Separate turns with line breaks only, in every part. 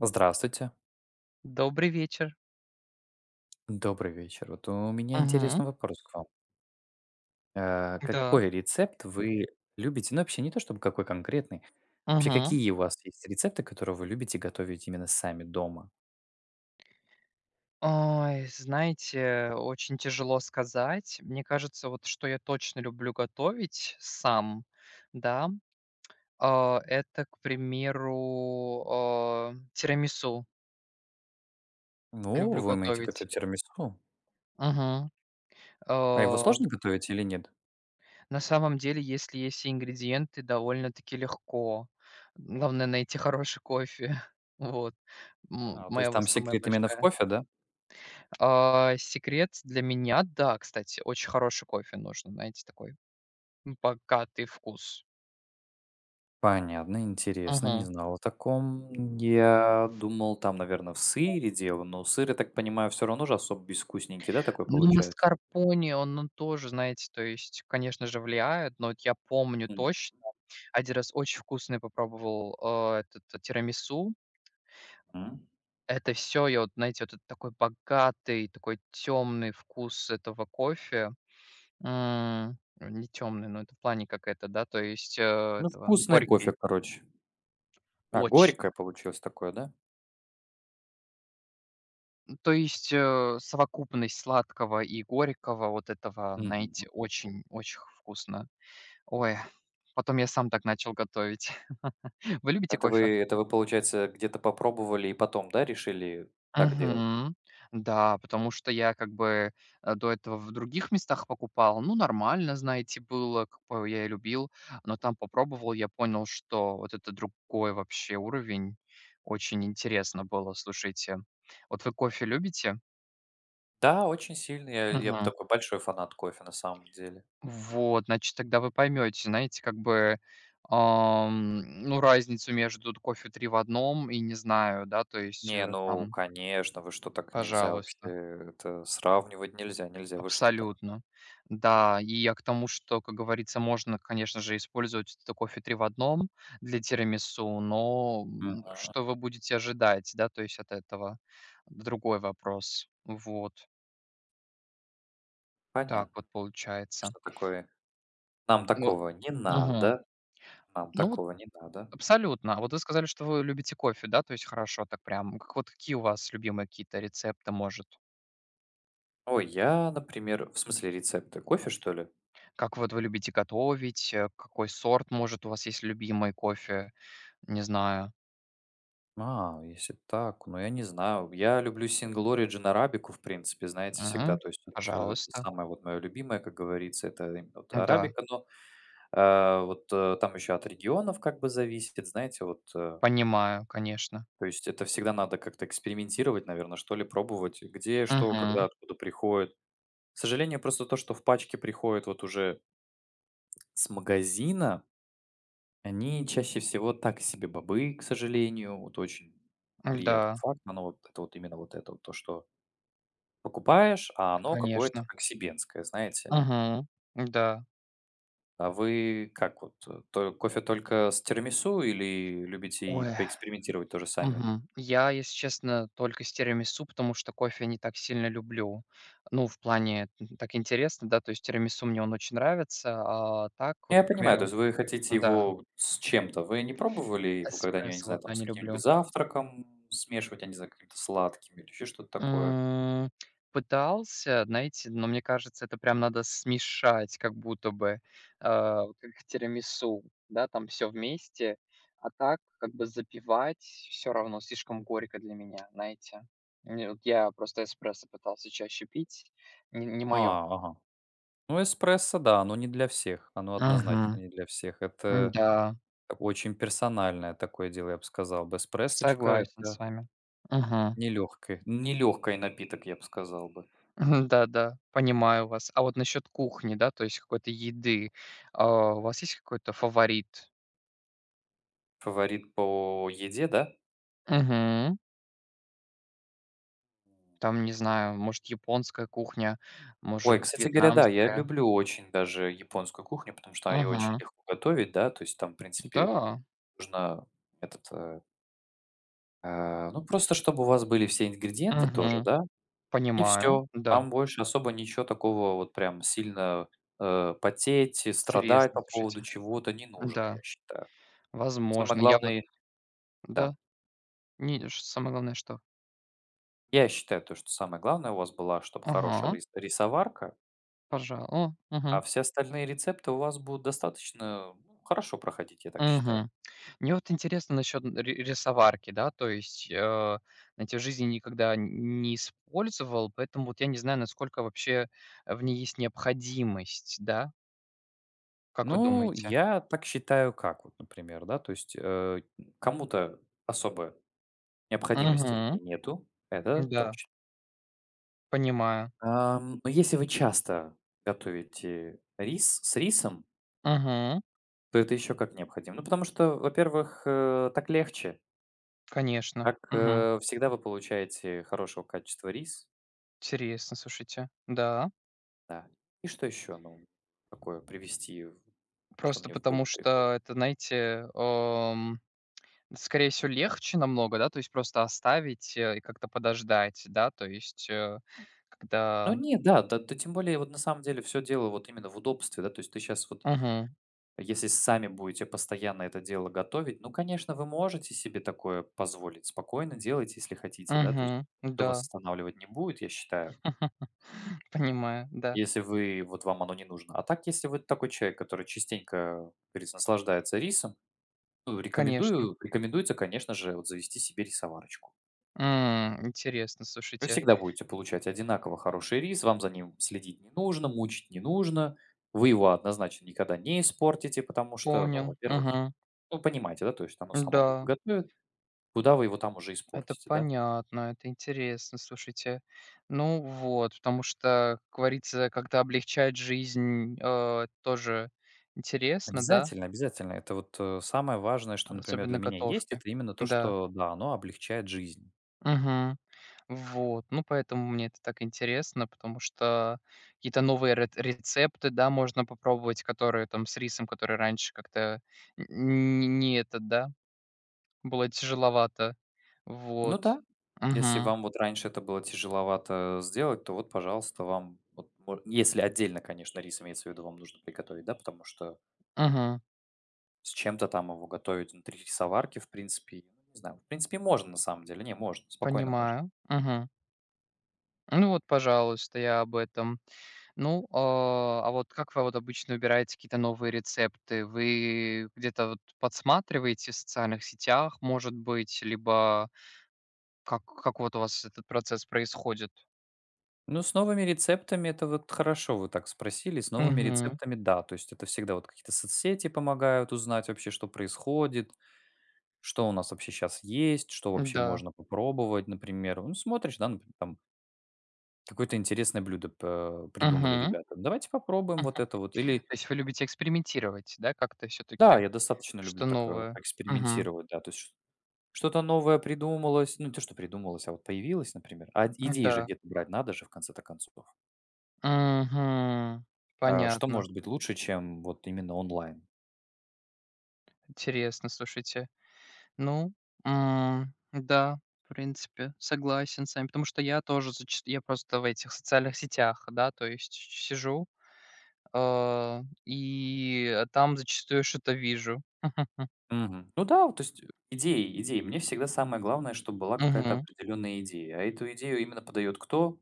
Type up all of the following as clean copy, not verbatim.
Здравствуйте,
Добрый вечер.
добрый вечер. Вот у меня
Мгм.
интересный вопрос к вам.
Да.
Какой рецепт вы любите? Ну, вообще не то чтобы какой конкретный. Вообще,
Мгм.
какие у вас есть рецепты, которые вы любите готовить именно сами дома?
Ой, знаете, очень тяжело сказать. Мне кажется, вот что я точно люблю готовить сам, да, это, к примеру, тирамису
Ну,
люблю
вы умеете
готовить.
готовить тирамису?
Мгм. А,
А его сложно готовить или нет?
на самом деле, если есть ингредиенты, довольно-таки легко. Главное найти хороший кофе. Вот,
А, то
моя
есть
вот
там
самая
секрет именно в
большая.
кофе, да?
Секрет для меня, да, кстати, очень хороший кофе нужно, знаете, такой богатый вкус.
Понятно, интересно, не
Мгм.
знал о таком. Я думал, там, наверное, в сыре дело, но сыр, я так понимаю, все равно же особо безвкусненький, да, такой
Ну,
получается?
маскарпоне, он тоже, знаете, то есть, конечно же, влияет, но вот я помню точно, один раз очень вкусный попробовал этот тирамису.
Мгм.
Это все, я вот, знаете, вот этот такой богатый, такой темный вкус этого кофе. Не темный, но это в плане как это, да, то есть
Ну,
этого
вкусное кофе,
горький.
короче. А,
Очень.
горькое получилось такое, да?
То есть, совокупность сладкого и горького вот этого,
Мгм.
знаете, очень очень вкусно. Ой, потом я сам так начал готовить. Вы любите
Это
кофе?
вы это вы, получается, где-то попробовали и потом, да, решили так делать?
Мгм. Да, потому что я как бы, до этого в других местах покупал. Ну, нормально, знаете, было, как бы я и любил, но там попробовал, я понял, что вот это другой вообще уровень. Очень интересно было, слушайте. Вот вы кофе любите?
Да, очень сильно. Я
Мгм.
такой большой фанат кофе на самом деле.
Вот, значит, тогда вы поймете, знаете, как бы, ну, разницу между т кофе 3 в одном и не знаю, да, то есть,
Не, ну,
там,
конечно, вы что, так нельзя вообще,
пожалуйста,
это сравнивать нельзя, нельзя, вы что так?
абсолютно. Да, и я к тому, что, как говорится, можно, конечно же, использовать это кофе 3 в одном для тирамису, но,
М.
что вы будете ожидать, да, то есть от этого- другой вопрос. Вот так
Понятно,
вот получается.
что такое. Нам
Ну,
такого не
мгм.
надо, нам
Ну вот.
такого не надо.
Абсолютно. А вот вы сказали, что вы любите кофе, да, то есть хорошо так прям. Как вот какие у вас любимые какие-то рецепты, может?
Ой, я, например. В смысле рецепты? Кофе, что ли?
Как вот вы любите готовить? Какой сорт, может, у вас есть любимый кофе? Не знаю.
А, если так, ну, я не знаю. Я люблю Single Origin арабику, в принципе, знаете, всегда.
Мгм.
То есть вот, это
Пожалуйста.
самое вот моё любимое, как говорится, это именно вот
Да,
арабика. Но, вот, там еще от регионов как бы зависит, знаете, вот,
понимаю, конечно.
То есть это всегда надо как-то экспериментировать, наверное, что ли, пробовать, где, что, когда,
Мгм.
откуда приходит. К сожалению, просто то, что в пачке приходит вот уже с магазина, они чаще всего так себе бобы, к сожалению. Вот очень приятный
Да,
факт, но вот это вот именно вот это вот то, что покупаешь, а оно какое-то
конечно.
оксибенское, знаете.
Мгм. Да.
А вы как вот, то кофе только с тирамису или любите и
Ой.
поэкспериментировать тоже сами?
Мгм. Я, если честно, только с тирамису, потому что кофе не так сильно люблю. Ну, в плане, так интересно, да, то есть тирамису мне он очень нравится, а так вот,
Я
к
понимаю, то
примеру,
есть вы хотите
да,
его с чем-то. Вы не пробовали его когда-нибудь, я не
эспрессо
знаю,
вот,
там
да,
с
не
каким-нибудь
люблю.
завтраком смешивать, я не знаю, каким-то сладким или еще что-то такое?
М, Пытался, знаете, но мне кажется, это прям надо смешать, как будто бы, вот как тирамису, да, там все вместе, а так как бы запивать все равно слишком горько для меня, знаете. Мне вот я просто эспрессо пытался чаще пить, не мое.
А, ага. Ну, эспрессо, да, оно не для всех. Оно
Мгм.
однозначно не для всех. Это
Да,
очень персональное такое дело, я бы сказал. Эспрессочка —
согласен с
это
вами. Мгм.
нелёгкое, нелёгкий напиток, я бы сказал бы.
Да-да, понимаю вас. А вот насчет кухни, да, то есть какой-то еды, у вас есть какой-то фаворит?
Фаворит по еде, да?
Мгм. Там, не знаю, может, японская кухня,
Ой,
может,
кстати говоря, да, я
вьетнамская.
люблю очень даже японскую кухню, потому что ее очень
Мгм.
легко готовить, да. То есть там, в принципе,
Да.
нужно этот, э, ну, просто чтобы у вас были все ингредиенты тоже,
Мгм.
да, и
Понимаю.
все.
Да.
Там больше особо ничего такого вот прям сильно, потеть и страдать
Интересно,
по поводу
слушайте.
чего-то не нужно,
Да,
я считаю. Самое
возможно. Я вот,
главное да.
да. Не, ш самое главное, что?
Я считаю, то, что самое главное у вас была, чтобы хорошая
Ага,
рисоварка,
пожалуй. О,
а
угу.
все остальные рецепты у вас будут достаточно, ну, хорошо проходить, я так считаю.
Мгм. Мне вот интересно насчет рисоварки, да, то есть, знаете, в жизни никогда не использовал, поэтому вот я не знаю, насколько вообще в ней есть необходимость, да? Как вы
Ну,
думаете?
я так считаю, как вот, например, да, то есть, кому-то особой необходимости в
Угу.
ней нету, это
Да,
точно.
понимаю.
Но если вы часто готовите рис с рисом,
Мгм.
то это еще как необходимо. Ну, потому что, во-первых, так легче.
Конечно.
Так,
Мгм.
всегда вы получаете хорошего качества рис.
Интересно, слушайте. Да.
Да. И что еще, ну, такое привести, в что
Просто
мне в
потому
голову приходит?
что это, знаете, скорее всего, легче намного, да, то есть просто оставить, и как-то подождать, да, то есть,
Ну
когда.
нет, да, да тем более вот на самом деле все дело вот именно в удобстве, да. То есть ты сейчас вот,
Мгм.
если сами будете постоянно это дело готовить, ну, конечно, вы можете себе такое позволить. Спокойно делайте, если хотите, да. То есть
Мгм.
никто вас
Да.
останавливать не будет, я считаю,
Понимаю, да,
если вы вот вам оно не нужно. А так, если вы такой человек, который частенько, как говорится, наслаждается рисом, ну,
конечно.
рекомендую рекомендуется, конечно же, вот завести себе рисоварочку.
Интересно,
Вы
слушайте.
всегда будете получать одинаково хороший рис, вам за ним следить не нужно, мучить не нужно. Вы его однозначно никогда не испортите, потому что, ну,
Понял.
во-первых,
Мгм.
ну, понимаете, да, то есть оно само как бы
Да.
готовит, куда вы его там уже
Это
испортите, да?
понятно, это интересно, слушайте. Ну вот, потому что, как говорится, когда облегчает жизнь, тоже интересно, да,
Обязательно, обязательно. Это вот самое важное, что, например, для
особенно
меня есть,
готовки.
это именно то,
Да.
что, да, оно облегчает жизнь.
Мгм. Вот, ну, поэтому мне это так интересно, потому что какие-то новые рецепты, да, можно попробовать, которые там с рисом, который раньше как-то не это, да, было тяжеловато.
Ну
Вот.
да, если
Угу.
вам вот раньше это было тяжеловато сделать, то вот, пожалуйста, вам, вот, если отдельно, конечно, рис имеется в виду, вам нужно приготовить, да, потому что
Угу.
с чем-то там его готовить внутри рисоварки, в принципе. Ну, не знаю. В принципе, можно на самом деле. Не, можно, спокойно можно.
Понимаю. Угу. Ну вот, пожалуйста, я об этом. Ну, а вот как вы вот обычно выбираете какие-то новые рецепты? Вы где-то вот подсматриваете в социальных сетях, может быть, либо как вот у вас этот процесс происходит?
Ну, с новыми рецептами это вот хорошо вы так спросили. С новыми
Угу.
рецептами, да. То есть это всегда вот какие-то соцсети помогают узнать вообще, что происходит, что у нас вообще сейчас есть, что вообще
Да.
можно попробовать, например. Ну, смотришь, да, например, там какое-то интересное блюдо придумали
Угу.
ребята. Давайте попробуем вот это вот. Или,
То есть вы любите экспериментировать, да, как-то все
да,
таки
я достаточно люблю
что
так
новое? Угу.
поэкспериментировать, да, то есть что-то новое придумалось, ну, не то, что придумалось, а вот появилось, например. А идеи же
Да.
где-то брать надо же в конце-то концов.
Угу.
А что
Понятно.
может быть лучше, чем вот именно онлайн?
Интересно, слушайте. Ну, да, в принципе, согласен с вами, потому что я тоже зачастую, я просто в этих социальных сетях, да, то есть сижу, и там зачастую что-то вижу.
Мгм. Ну да, вот то есть, идеи. Мне всегда самое главное, чтобы была какая-то
Мгм.
определенная идея. А эту идею именно подает кто?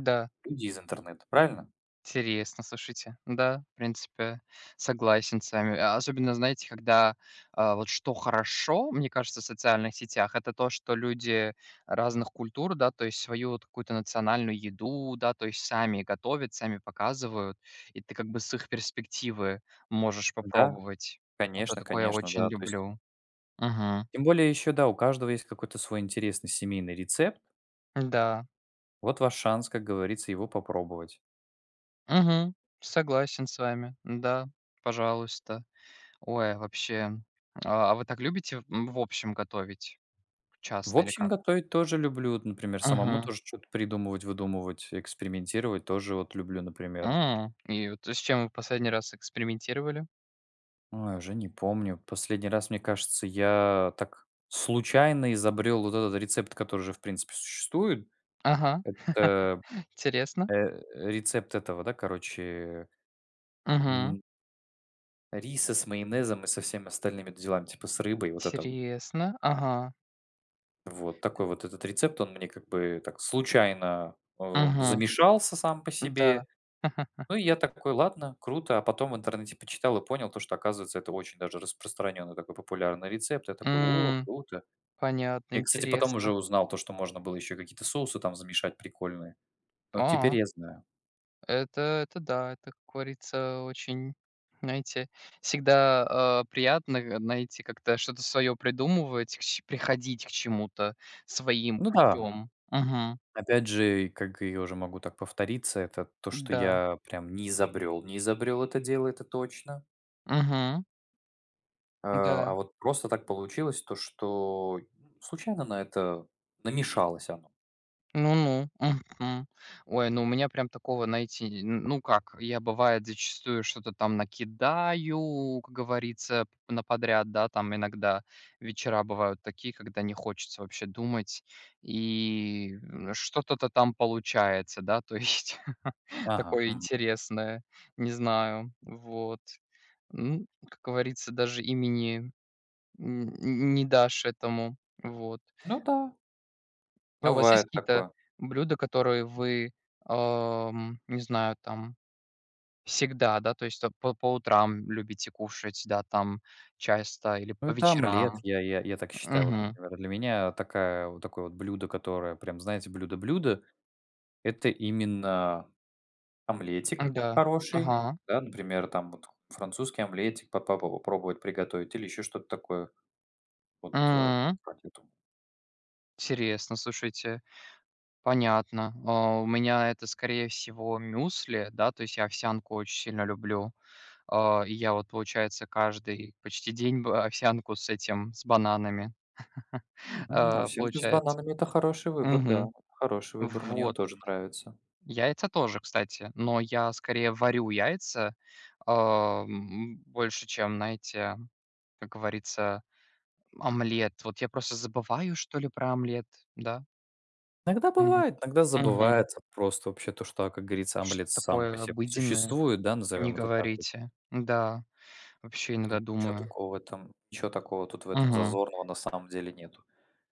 Да.
Люди из интернета, правильно?
Интересно, слушайте. Да, в принципе, согласен с вами. А особенно, знаете, когда, вот что хорошо, мне кажется, в социальных сетях, это то, что люди разных культур, да, то есть свою вот какую-то национальную еду, да, то есть сами готовят, сами показывают, и ты как бы с их перспективы можешь
Да,
попробовать. Это
конечно
такое я
конечно,
очень
да. То есть
люблю. Мгм.
тем более еще, да, у каждого есть какой-то свой интересный семейный рецепт.
Да.
Вот ваш шанс, как говорится, его попробовать.
Мгм. Согласен с вами. Да, пожалуйста. Ой, вообще. А вы так любите, в общем готовить
В
часто или
общем,
как?
готовить тоже люблю. Вот, например, самому
Мгм.
тоже что-то придумывать, выдумывать, экспериментировать тоже вот люблю, например.
М. И вот с чем вы последний раз экспериментировали?
Ой, уже не помню. Последний раз, мне кажется, я так случайно изобрел вот этот рецепт, который же, в принципе, существует.
Ага.
Это
Интересно.
э, рецепт этого, да, короче,
Угу.
м, риса с майонезом и со всеми остальными делами, типа с рыбой, вот это вот.
Интересно. Ага.
Вот такой вот этот рецепт, он мне как бы так случайно
Угу.
замешался сам по себе.
Да.
Ну, и я такой: «Ладно, круто». А потом в интернете почитал и понял то, что, оказывается, это очень даже распространенный такой популярный рецепт. Я такой: «О,
М.
круто».
Понятно,
И кстати, потом уже
интересно.
узнал то, что можно было еще какие-то соусы там замешать прикольные. Ну, вот теперь
А.
я знаю.
Это это да, это, как говорится, очень, знаете, всегда, приятно, знаете, как-то что-то свое придумывать, к ч приходить к чему-то своим
Ну да,
путем. Мгм.
опять же, и как я уже могу так повториться, это то, что
Да.
я прям не изобрел это дело, это точно.
Угу.
Э, а
Да.
вот просто так получилось то, что случайно на это намешалось оно.
Ну-ну, мгм. Ой, ну у меня прям такого найти, н ну как, я бывает зачастую что-то там накидаю, как говорится, п на подряд, да, там иногда вечера бывают такие, когда не хочется вообще думать, и, что-то-то там получается, да, то есть
Ага,
такое
мгм.
интересное, не знаю, вот. Как говорится, даже имени н не дашь этому, вот.
Ну да,
А у вас есть
бывает
какие-то
такое.
блюда, которые вы, не знаю, там всегда, да, то есть там по утрам любите кушать, да, там часто или
Ну,
по
это омлет,
вечерам?
я так считаю. Вот,
Мгм.
например, для меня такая вот такое вот блюдо, которое прям, знаете, блюдо-блюдо — это именно омлетик
Да.
хороший,
Ага.
да, например, там вот французский омлетик по попробовать приготовить или еще что-то такое. Вот,
М.
как я думаю.
Интересно, слушайте, понятно. У меня это, скорее всего, мюсли, да, то есть я овсянку очень сильно люблю. И я вот, получается, каждый почти день б овсянку с этим, с бананами,
Овсянка с
получается.
бананами — это хороший выбор, да,
Мгм.
хороший выбор, мне он
Вот.
тоже нравится.
Яйца тоже, кстати, но я скорее варю яйца, больше, чем, знаете, как говорится, омлет. Вот я просто забываю, что ли, про омлет, да.
Иногда
Мгм.
бывает, иногда
Мгм.
забывается просто вообще то, что, а, как говорится, омлет
Что-то
сам по
такое
себе
обыденное,
существует, да,
не
назовем это так вот.
говорите. Да, вообще иногда думаю.
Ничего такого тут в этом
Мгм.
зазорного на самом деле нету.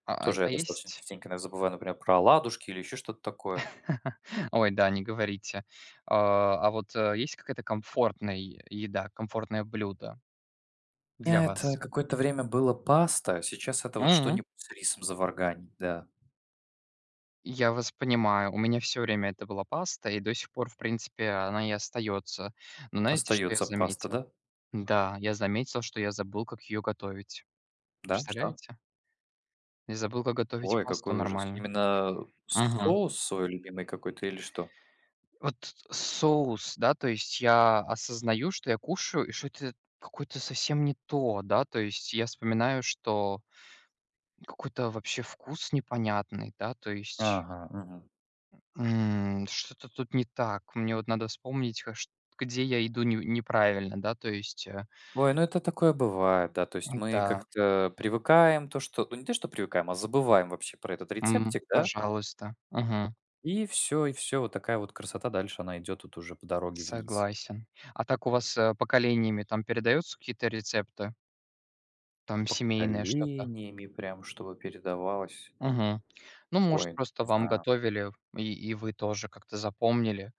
А
Тоже я
а
достаточно
есть?
частенько иногда забываю, например, про оладушки или еще что-то такое.
Ой, да, не говорите. А вот, есть какая-то комфортная е еда, комфортное блюдо
У
для
меня это
вас?
какое-то время было паста, сейчас это вот
М.
что-нибудь с рисом заварганить, да.
Я вас понимаю. У меня все время это была паста, и до сих пор, в принципе, она и остается. Но знаете, что я
Остается паста,
заметил?
да?
Да, я заметил, что я забыл, как ее готовить.
Да, что?
Представляете? Я забыл, как готовить
Ой,
пасту
какой ужас.
нормально.
Именно
Мгм.
соус свой любимый какой-то или что?
Вот соус, да, то есть я осознаю, что я кушаю, и что это какое-то совсем не то, да, то есть я вспоминаю, что какой-то вообще вкус непонятный, да, то есть
Ага, мгм.
Что-то тут не так. Мне вот надо вспомнить, а, чт где я иду не неправильно, да, то есть,
Ой, ну это такое бывает, да. То есть мы
да,
как-то привыкаем то, что ну не то, что привыкаем, а забываем вообще про этот рецептик, да?
пожалуйста, мгм,
И все, вот такая вот красота. Дальше она идет вот уже по дороге вниз.
согласен. А так у вас, поколениями там передаются какие-то рецепты, там семейное что-то?
Поколениями прям, чтобы передавалось.
Мгм. Ну, может,
Ой, ну
просто
не
вам
знаю.
готовили, и вы тоже как-то запомнили.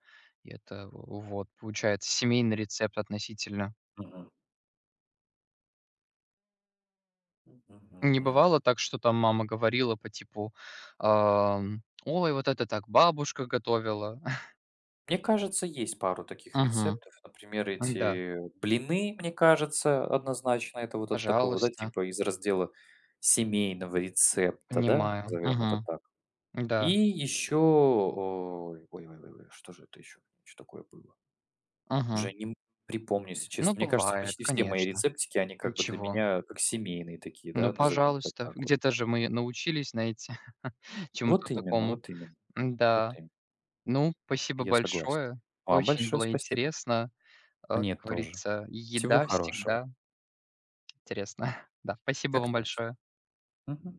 И это, вот, получается, семейный рецепт относительно.
Мгм.
Не
Мгм.
бывало так, что там мама говорила по типу, ам: «Ой, вот это так бабушка готовила».
Мне кажется, есть пару таких рецептов. Например,
Мгм. Да,
эти блины, мне кажется, однозначно. Это вот от такой вот, да,
пожалуйста,
типа из раздела семейного рецепта, да,
понимаю.
назовем это
Мгм.
так. И
Да.
еще, ой, ой, ой, ой, ой, что же это еще? Что такое было? Уже
Мгм.
не м припомню, если
Ну,
честно. Мне кажется,
бывает,
почти все мои
конечно.
рецептики, они как бы для
Ничего.
меня как семейные такие, да,
Ну,
назовем это
пожалуйста.
так вот.
Где-то же мы научились, знаете,
Вот
чему-то
именно,
такому.
вот именно, вот
Да.
именно.
Ну, спасибо
Я согласен.
большое.
Вам
Очень
большое
было
спасибо.
интересно. Как
Мне тоже.
говорится,
Всего
еда
хорошего.
всегда интересна. Да, спасибо
Так
вам
точно.
большое.
Мгм.